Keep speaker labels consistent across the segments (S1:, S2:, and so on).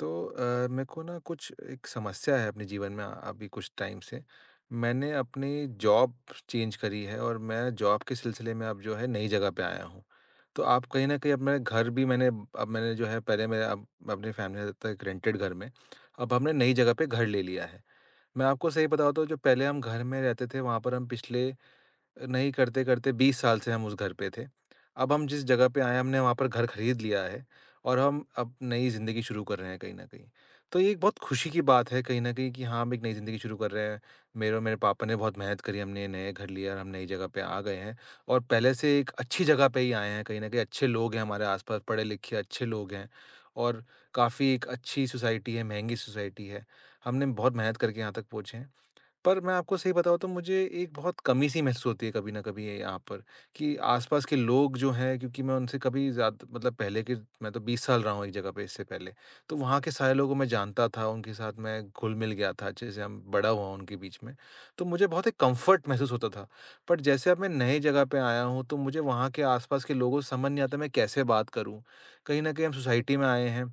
S1: तो मेरे को ना कुछ एक समस्या है अपने जीवन में अभी कुछ टाइम से। मैंने अपनी जॉब चेंज करी है और मैं जॉब के सिलसिले में अब जो है नई जगह पे आया हूँ। तो आप कहीं न कहीं, अब मेरा घर भी मैंने, अब मैंने जो है, पहले मैं, अब अपनी फैमिली के साथ था एक रेंटेड घर में, अब हमने नई जगह पे घर ले लिया है। मैं आपको सही बताऊँ तो, जो पहले हम घर में रहते थे, वहाँ पर हम पिछले, नहीं, करते-करते 20 साल से हम उस घर पे थे। अब हम जिस जगह पे आए हैं, हमने वहाँ पर घर खरीद लिया है और हम अब नई ज़िंदगी शुरू कर रहे हैं कहीं न कहीं। तो ये एक बहुत खुशी की बात है कहीं न कहीं कि हाँ, हम एक नई ज़िंदगी शुरू कर रहे हैं। मेरे और मेरे पापा ने बहुत मेहनत करी, हमने नए घर लिया और हम नई जगह पे आ गए हैं और पहले से एक अच्छी जगह पे ही आए हैं कहीं न कहीं। अच्छे लोग हैं हमारे आस-पास, पढ़े-लिखे अच्छे लोग हैं और काफ़ी एक अच्छी सोसाइटी है, महँगी सोसाइटी है। हमने बहुत मेहनत करके यहाँ तक पहुँचे हैं। पर मैं आपको सही बताऊँ तो मुझे एक बहुत कमी-सी महसूस होती है कभी न कभी ये यहाँ पर, कि आस-पास के लोग जो हैं, क्योंकि मैं उनसे कभी ज़्यादा मतलब, पहले के, मैं तो 20 साल रहा हूँ एक जगह पे इससे पहले। तो वहाँ के सारे लोगों को मैं जानता था, उनके साथ मैं घुल-मिल गया था, अच्छे से हम बड़ा हुआ उनके बीच में। तो मुझे बहुत एक कम्फ़र्ट महसूस होता था। बट जैसे अब मैं नए जगह पे आया हूँ, तो मुझे वहाँ के आस-पास के लोगों से समझ नहीं आता, मैं कैसे बात करूँ? कहीं न कहीं हम सोसाइटी में आए हैं,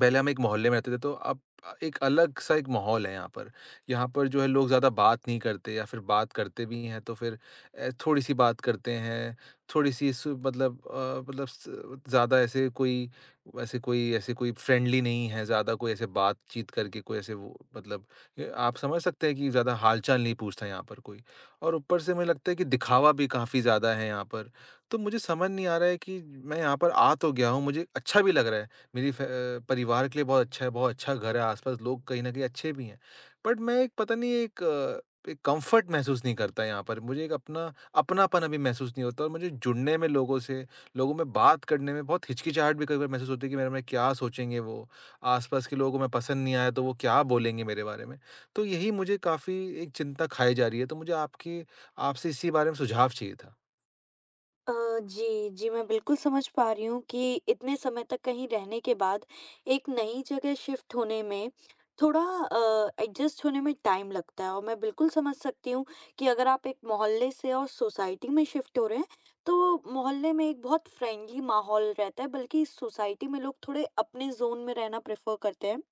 S1: पहले हम एक मोहल्ले में रहते थे, तो अब एक अलग सा एक माहौल है यहाँ पर। यहाँ पर जो है, लोग ज़्यादा बात नहीं करते, या फिर बात करते भी हैं तो फिर थोड़ी सी बात करते हैं, थोड़ी सी सु- मतलब अ, मतलब स- ज़्यादा ऐसे कोई फ्रेंडली नहीं है, ज़्यादा कोई ऐसे बातचीत करके कोई ऐसे वो, मतलब, ये आप समझ सकते हैं कि ज़्यादा हालचाल नहीं पूछता यहाँ पर कोई। और ऊपर से मुझे लगता है कि दिखावा भी काफ़ी ज़्यादा है यहाँ पर। तो मुझे समझ नहीं आ रहा है कि मैं यहाँ पर आ तो गया हूँ, मुझे अच्छा भी लग रहा है, मेरी परिवार के लिए बहुत अच्छा है, बहुत अच्छा घर है, आस-पास लोग कहीं न कहीं अच्छे भी हैं। बट मैं एक, पता नहीं, एक कम्फ़र्ट महसूस नहीं करता यहाँ पर, मुझे एक अपना, अपनापन अभी महसूस नहीं होता, और मुझे जुड़ने में लोगों से, लोगों में बात करने में बहुत हिचकिचाहट भी कई-कई महसूस होती है कि मेरे में क्या सोचेंगे वो? आस-पास के लोगों को मैं पसंद नहीं आया तो वो क्या बोलेंगे मेरे बारे में? तो यही मुझे काफ़ी एक चिंता खाई जा रही है, तो मुझे आपकी आपसे इसी बारे में सुझाव चाहिए था।
S2: अ, जी, जी, मैं बिल्कुल समझ पा रही हूँ कि इतने समय तक कहीं रहने के बाद एक नई जगह शिफ्ट होने में थोड़ा एडजस्ट होने में टाइम लगता है। और मैं बिल्कुल समझ सकती हूँ कि अगर आप एक मोहल्ले से और सोसाइटी में शिफ्ट हो रहे हैं, तो मोहल्ले में एक बहुत फ्रेंडली माहौल रहता है, बल्कि इस सोसाइटी में लोग थोड़े अपने ज़ोन में रहना प्रेफ़र करते हैं।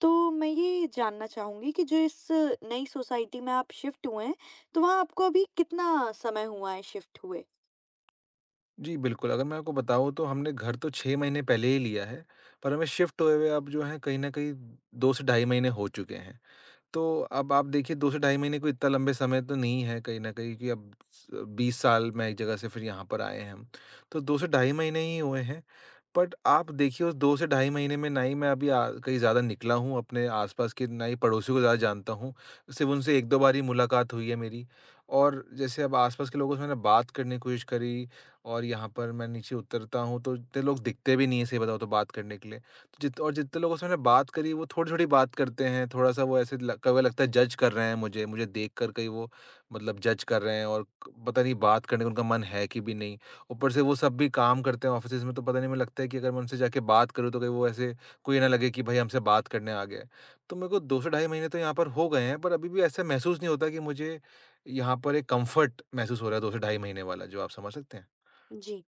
S2: तो मैं ये जानना चाहूँगी कि जो इस नई सोसाइटी में आप शिफ्ट हुए हैं, तो वहाँ आपको अभी कितना समय हुआ है शिफ्ट हुए?
S1: जी, बिल्कुल, अगर मैं आपको बताऊँ तो हमने घर तो 6 महीने पहले ही लिया है, पर हमें शिफ्ट हुए हुए अब जो है कहीं न कहीं 2 से ढाई महीने हो चुके हैं। तो अब आप देखिए, 2 से ढाई महीने कोई इतना लंबे समय तो नहीं है कहीं न कहीं, कि अब स 20 साल में एक जगह से फिर यहाँ पर आए हैं हम। तो 2 से ढाई महीने ही हुए हैं, बट आप देखिए उस 2 से ढाई महीने में ना ही मैं अभी आ कहीं ज़्यादा निकला हूँ अपने आस-पास के, ना ही पड़ोसियों को ज़्यादा जानता हूँ। सिर्फ़ उनसे 1-2 बार ही मुलाकात हुई है मेरी, और जैसे अब आस-पास के लोगों से मैंने बात करने की कोशिश करी, और यहाँ पर मैं नीचे उतरता हूँ तो इतने लोग दिखते भी नहीं हैं, सही बताऊँ तो, बात करने के लिए। जितने लोगों से मैंने बात करी वो थोड़ी-थोड़ी बात करते हैं, थोड़ा-सा वो ऐसे ल कभी लगता है जज कर रहे हैं मुझे, मुझे देख कर कहीं वो, मतलब, जज कर रहे हैं, और क पता नहीं बात करने का उनका मन है कि भी नहीं। ऊपर से वो सब भी काम करते हैं ऑफ़िसेज़ में, तो पता नहीं, मुझे लगता है कि अगर मैं उनसे जाके बात करूँ तो कहीं वो ऐसे कोई ना लगे कि भई हमसे बात करने आ गया है। तो मेरे को 2 से ढाई महीने तो यहाँ पर हो गए हैं, पर अभी भी ऐसा महसूस नहीं होता कि मुझे यहाँ पर एक कम्फ़र्ट महसूस हो रहा है 2 से ढाई महीने वाला, जो आप समझ सकते हैं?
S2: जी।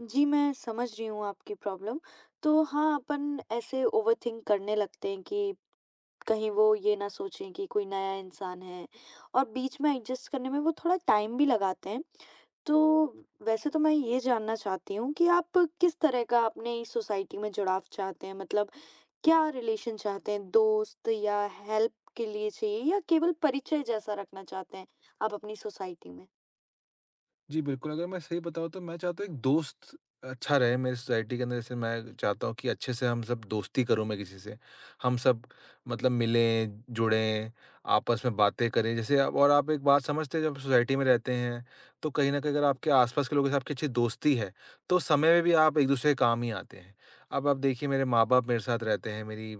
S2: जी, मैं समझ रही हूँ आपकी प्रॉब्लम। तो हाँ, अपन ऐसे ओवरथिंक करने लगते हैं कि कहीं वो ये ना सोचें कि कोई नया इंसान है, और बीच में एडजस्ट करने में वो थोड़ा टाइम भी लगाते हैं। तो वैसे तो मैं ये जानना चाहती हूँ कि आप किस तरह का अपने इस सोसाइटी में जुड़ाव चाहते हैं? मतलब क्या रिलेशन चाहते हैं? दोस्त या हेल्प के लिए चाहिए, या केवल परिचय जैसा रखना चाहते हैं आप अपनी सोसाइटी में?
S1: जी, बिल्कुल, अगर मैं सही बताऊँ तो मैं चाहता हूँ एक दोस्त अच्छा रहे मेरी सोसाइटी के अंदर, जैसे मैं चाहता हूँ कि अच्छे से हम सब दोस्ती करूँ, मैं किसी से। हम सब, मतलब, मिलें, जुड़ें, आपस में बातें करें, जैसे आप, और आप एक बात समझते हैं, जब सोसाइटी में रहते हैं, तो कहीं न कहीं अगर आपके आस-पास के लोगों के साथ आपकी अच्छी दोस्ती है, तो समय में भी आप एक-दूसरे के काम ही आते हैं। अब आप देखिए, मेरे माँ-बाप मेरे साथ रहते हैं, मेरी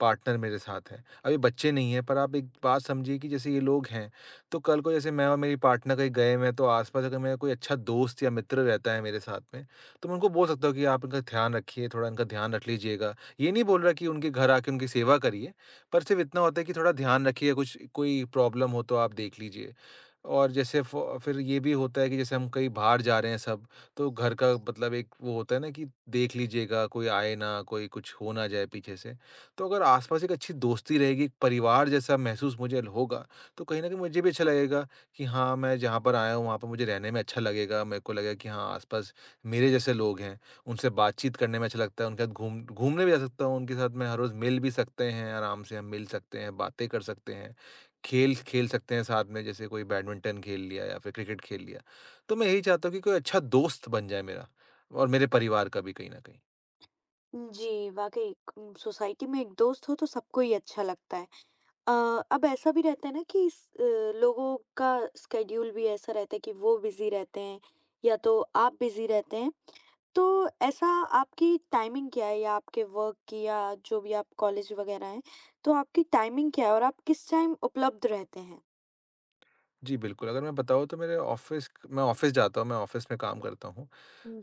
S1: पार्टनर मेरे साथ है। अभी बच्चे नहीं हैं, पर आप एक बात समझिए कि जैसे ये लोग हैं, तो कल को जैसे मैं और मेरी पार्टनर कहीं गए हुए हैं, तो आसपास अगर मेरा कोई अच्छा दोस्त या मित्र रहता है मेरे साथ में, तो मैं उनको बोल सकता हूँ कि आप इनका ध्यान रखिए, थोड़ा इनका ध्यान रख लीजिएगा। ये नहीं बोल रहा कि उनके घर आके उनकी सेवा करिए, पर सिर्फ़ इतना होता है कि थोड़ा ध्यान रखिए, कुछ कोई प्रॉब्लम हो तो आप देख लीजिए। और जैसे फ़ो फिर ये भी होता है कि जैसे हम कहीं बाहर जा रहे हैं सब, तो घर का मतलब एक वो होता है ना, कि देख लीजिएगा, कोई आए ना, कोई कुछ हो ना जाए पीछे से। तो अगर आसपास एक अच्छी दोस्ती रहेगी, एक परिवार जैसा महसूस मुझे होगा, तो कहीं न कहीं मुझे भी अच्छा लगेगा कि हाँ, मैं जहाँ पर आया हूँ, वहाँ पर मुझे रहने में अच्छा लगेगा। मेरे को लगेगा कि हाँ, आस-पास मेरे जैसे लोग हैं, उनसे बातचीत करने में अच्छा लगता है, उनके साथ घूम, घूमने भी जा सकता हूँ, उनके साथ मैं हर रोज़ मिल भी सकते हैं, आराम से हम मिल सकते हैं, बातें कर सकते हैं, खेल, खेल सकते हैं साथ में, जैसे कोई बैडमिंटन खेल लिया या फिर क्रिकेट खेल लिया। तो मैं यही चाहता हूँ कि कोई अच्छा दोस्त बन जाए मेरा और मेरे परिवार का भी कहीं न कहीं।
S2: जी, वाक़ई क सोसाइटी में एक दोस्त हो तो सबको ही अच्छा लगता है। अ, अब ऐसा भी रहता है ना कि लोगों का स्केड्यूल भी ऐसा रहता है कि वो बिजी रहते हैं, या तो आप बिजी रहते हैं, तो ऐसा आपकी टाइमिंग क्या है, या आपके वर्क की, या जो भी आप कॉलेज वगैरह हैं, तो आपकी टाइमिंग क्या है और आप किस टाइम उपलब्ध रहते हैं?
S1: जी, बिल्कुल, अगर मैं बताऊँ तो मेरे ऑफ़िस मैं ऑफ़िस जाता हूँ, मैं ऑफ़िस में काम करता हूँ।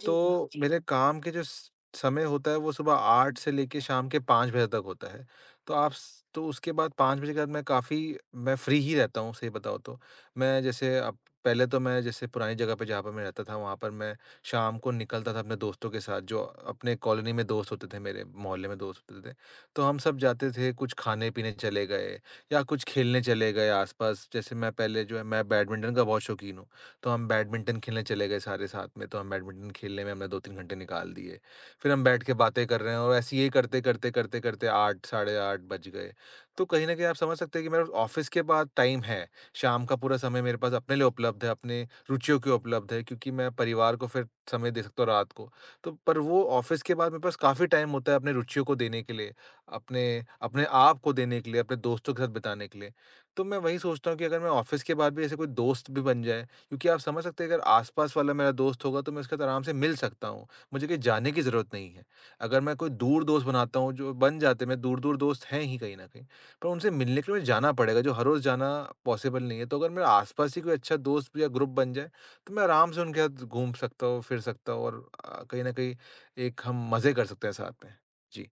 S2: जी,
S1: तो मेरे काम के जो स समय होता है वो सुबह 8 से लेके शाम के 5 बजे तक होता है। तो आप स तो उसके बाद 5 बजे के बाद मैं काफ़ी मैं फ्री ही रहता हूँ, सही बताऊँ तो। मैं जैसे अब, पहले तो मैं जैसे पुरानी जगह पे जहाँ पे मैं रहता था, वहाँ पर मैं शाम को निकलता था अपने दोस्तों के साथ, जो अपने कॉलोनी में दोस्त होते थे, मेरे मोहल्ले में दोस्त होते थे। तो हम सब जाते थे, कुछ खाने-पीने चले गए या कुछ खेलने चले गए आस-पास। जैसे मैं पहले जो है, मैं बैडमिंटन का बहुत शौकीन हूँ। तो हम बैडमिंटन खेलने चले गए सारे साथ में, तो हम बैडमिंटन खेलने में हमने 2-3 घंटे निकाल दिए। फिर हम बैठ के बातें कर रहे हैं, और ऐसे ही करते, करते, करते, करते 8, साढ़े 8 बज गए। तो कहीं न कहीं आप समझ सकते हैं कि मेरा ऑफ़िस के बाद टाइम है, शाम का पूरा समय मेरे पास अपने लिए उपलब्ध है, अपने रुचियों के उपलब्ध है, क्योंकि मैं परिवार को फिर समय दे सकता हूँ रात को। तो पर वो ऑफ़िस के बाद मेरे पास काफ़ी टाइम होता है अपने रुचियों को देने के लिए, अपने अपने आप को देने के लिए, अपने दोस्तों के साथ बिताने के लिए। तो मैं वही सोचता हूँ कि अगर मैं ऑफ़िस के बाद भी ऐसे कोई दोस्त भी बन जाए, क्योंकि आप समझ सकते हैं, अगर आसपास वाला मेरा दोस्त होगा तो मैं उसके साथ आराम से मिल सकता हूँ। मुझे कहीं जाने की ज़रूरत नहीं है। अगर मैं कोई दूर दोस्त बनाता हूँ, जो बन जाते हैं मेरे दूर-दूर दोस्त हैं ही कहीं न कहीं, पर उनसे मिलने के लिए मुझे जाना पड़ेगा, जो हर रोज़ जाना पॉसिबल नहीं है। तो अगर मेरे आसपास ही कोई अच्छा दोस्त या ग्रुप बन जाए, तो मैं आराम से उनके साथ घूम सकता हूँ, फिर सकता हूँ, और कहीं न कहीं एक हम मज़े कर सकते हैं साथ में। जी।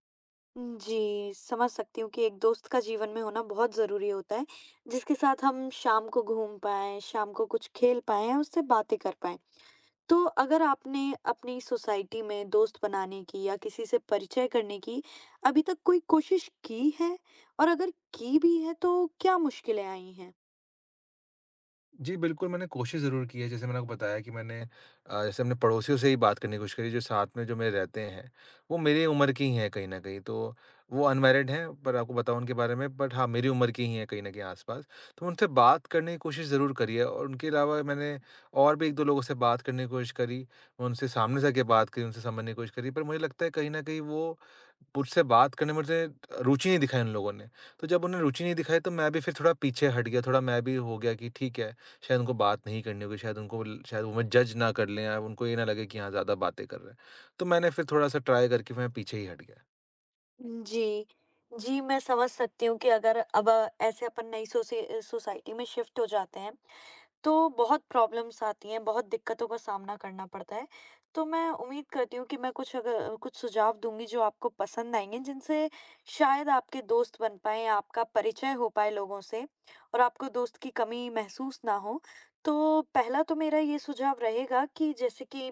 S2: जी, समझ सकती हूँ कि एक दोस्त का जीवन में होना बहुत ज़रूरी होता है, जिसके साथ हम शाम को घूम पाएं, शाम को कुछ खेल पाएं, या उससे बातें कर पाएं। तो अगर आपने अपनी सोसाइटी में दोस्त बनाने की या किसी से परिचय करने की अभी तक कोई कोशिश की है, और अगर की भी है, तो क्या मुश्किलें आई हैं?
S1: जी, बिल्कुल, मैंने कोशिश ज़रूर की है। जैसे मैंने आपको बताया कि मैंने जैसे अपने पड़ोसियों से ही बात करने की कोशिश करी, जो साथ में जो मेरे रहते हैं, वो मेरी उम्र की ही हैं कहीं न कहीं। तो वो अनमैरिड हैं, पर आपको बताऊँ उनके बारे में, बट हाँ, मेरी उम्र की ही हैं कहीं न कहीं आस-पास। तो उनसे बात करने की कोशिश ज़रूर करी है, और उनके अलावा मैंने और भी 1-2 लोगों से बात करने की कोशिश करी, उनसे सामने से आके बात करी, उनसे समझने की कोशिश करी, पर मुझे लगता है कहीं न कहीं वो मुझसे बात करने में मुझे रुचि नहीं दिखाई उन लोगों ने। तो जब उन्हें रुचि नहीं दिखाई, तो मैं भी फिर थोड़ा पीछे हट गया, थोड़ा मैं भी हो गया कि ठीक है, शायद उनको बात नहीं करनी होगी, शायद उनको ल शायद वो हमें जज ना कर लें, या उनको ये ना लगे कि हाँ, ज़्यादा बातें कर रहे हैं। तो मैंने फिर थोड़ा-सा ट्राई करके मैं पीछे ही हट गया।
S2: जी, जी, मैं समझ सकती हूँ कि अगर अब ऐसे अपन नई सोसे सोसाइटी में शिफ्ट हो जाते हैं, तो बहुत प्रॉब्लम्स आती हैं, बहुत दिक्कतों का सामना करना पड़ता है। तो मैं उम्मीद करती हूँ कि मैं कुछ अगर कुछ सुझाव दूँगी जो आपको पसंद आएँगे, जिनसे शायद आपके दोस्त बन पाएँ, आपका परिचय हो पाए लोगों से, और आपको दोस्त की कमी महसूस ना हो। तो पहला तो मेरा ये सुझाव रहेगा कि जैसे कि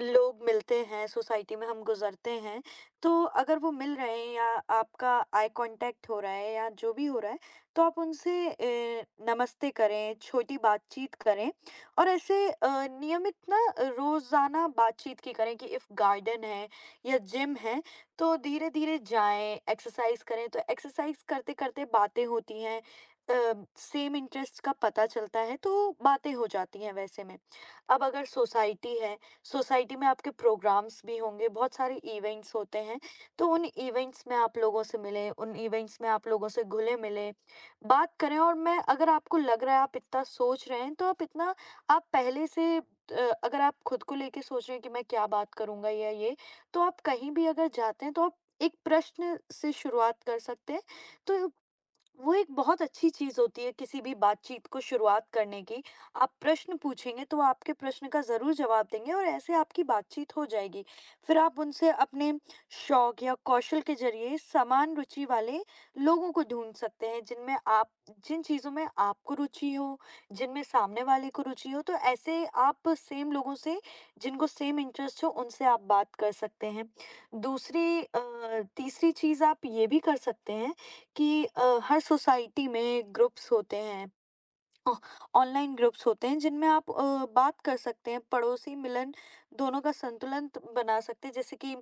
S2: लोग मिलते हैं, सोसाइटी में हम गुज़रते हैं, तो अगर वो मिल रहे हैं या आपका आई कॉन्टैक्ट हो रहा है या जो भी हो रहा है, तो आप उनसे नमस्ते करें, छोटी बातचीत करें, और ऐसे नियमित ना रोज़ाना बातचीत की करें कि इफ़ गार्डन है या जिम है, तो धीरे-धीरे जाएँ, एक्सरसाइज़ करें, तो एक्सरसाइज़ करते-करते बातें होती हैं। अ, सेम इंटरेस्ट का पता चलता है, तो बातें हो जाती हैं वैसे में। अब अगर सोसाइटी है, सोसाइटी में आपके प्रोग्राम्स भी होंगे, बहुत सारे इवेंट्स होते हैं, तो उन इवेंट्स में आप लोगों से मिलें, उन इवेंट्स में आप लोगों से घुले-मिले। बात करें, और मैं अगर आपको लग रहा है आप इतना सोच रहे हैं तो आप इतना आप पहले से अगर आप खुद को लेके सोच रहे हैं कि मैं क्या बात करूँगा या ये, तो आप कहीं भी अगर जाते हैं तो आप एक प्रश्न से शुरुआत कर सकते हैं। तो वो एक बहुत अच्छी चीज़ होती है किसी भी बातचीत को शुरुआत करने की। आप प्रश्न पूछेंगे तो वो आपके प्रश्न का ज़रूर जवाब देंगे, और ऐसे आपकी बातचीत हो जाएगी। फिर आप उनसे अपने शौक या कौशल के ज़रिए समान रुचि वाले लोगों को ढूँढ सकते हैं, जिनमें आप जिन चीज़ों में आपको रुचि हो, जिनमें सामने वाले को रुचि हो, तो ऐसे आप सेम लोगों से, जिनको सेम इंटरेस्ट हो, उनसे आप बात कर सकते हैं। तीसरी चीज़ आप ये भी कर सकते हैं कि हर सोसाइटी में ग्रुप्स होते हैं, अ, ऑनलाइन ग्रुप्स होते हैं, जिनमें आप बात कर सकते हैं, पड़ोसी मिलन दोनों का संतुलन बना सकते हैं, जैसे कि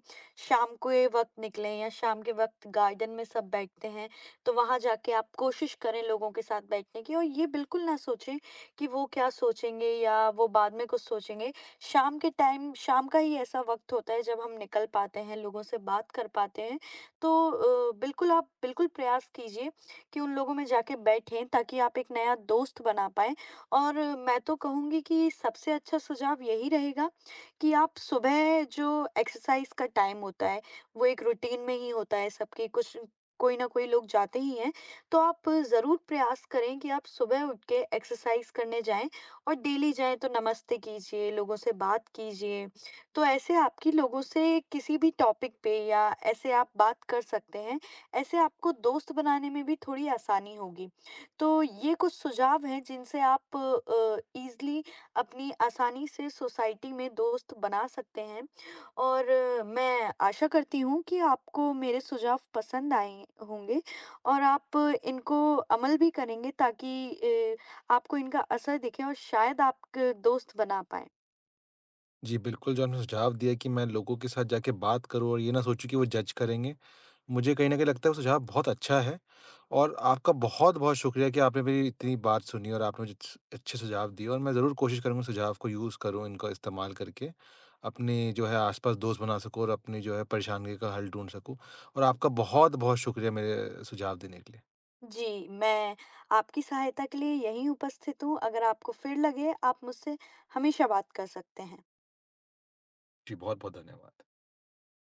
S2: शाम को ये वक्त निकलें, या शाम के वक्त गार्डन में सब बैठते हैं, तो वहां जाके आप कोशिश करें लोगों के साथ बैठने की, और ये बिल्कुल ना सोचें कि वो क्या सोचेंगे या वो बाद में कुछ सोचेंगे। शाम के टाइम, शाम का ही ऐसा वक्त होता है जब हम निकल पाते हैं, लोगों से बात कर पाते हैं। तो बिल्कुल आप बिल्कुल प्रयास कीजिए कि उन लोगों में जाके बैठें, ताकि आप एक नया दोस्त बना पाएँ। और मैं तो कहूँगी कि सबसे अच्छा सुझाव यही रहेगा कि आप सुबह जो एक्सरसाइज़ का टाइम होता है, वो एक रूटीन में ही होता है सबकी, कुछ कोई ना कोई लोग जाते ही हैं। तो आप ज़रूर प्रयास करें कि आप सुबह उठ के एक्सरसाइज़ करने जाएँ, और डेली जाएँ तो नमस्ते कीजिए, लोगों से बात कीजिए। तो ऐसे आपकी लोगों से किसी भी टॉपिक पे या ऐसे आप बात कर सकते हैं, ऐसे आपको दोस्त बनाने में भी थोड़ी आसानी होगी। तो ये कुछ सुझाव हैं जिनसे आप ईज़िली अपनी आसानी से सोसाइटी में दोस्त बना सकते हैं, और मैं आशा करती हूँ कि आपको मेरे सुझाव पसंद आए होंगे, और आप इनको अमल भी करेंगे, ताकि आपको इनका असर दिखे और शायद आप क दोस्त बना पाएँ।
S1: जी, बिल्कुल, जो आपने सुझाव दिया कि मैं लोगों के साथ जाके बात करूँ और ये ना सोचूँ कि वो जज करेंगे, मुझे कहीं न कहीं लगता है वो सुझाव बहुत अच्छा है। और आपका बहुत-बहुत शुक्रिया कि आपने मेरी इतनी बात सुनी और आपने मुझे अच्छे सुझाव दिए, और मैं ज़रूर कोशिश करूँगा सुझाव को यूज़ करूँ, इनका इस्तेमाल करके, अपने जो है आस-पास दोस्त बना सकूँ और अपनी जो है परेशानी का हल ढूँढ सकूँ, और आपका बहुत-बहुत शुक्रिया मेरे सुझाव देने के लिए।
S2: जी, मैं आपकी सहायता के लिए यहीं उपस्थित हूँ। अगर आपको फिर लगे, आप मुझसे हमेशा बात कर सकते हैं।
S1: जी, बहुत-बहुत धन्यवाद।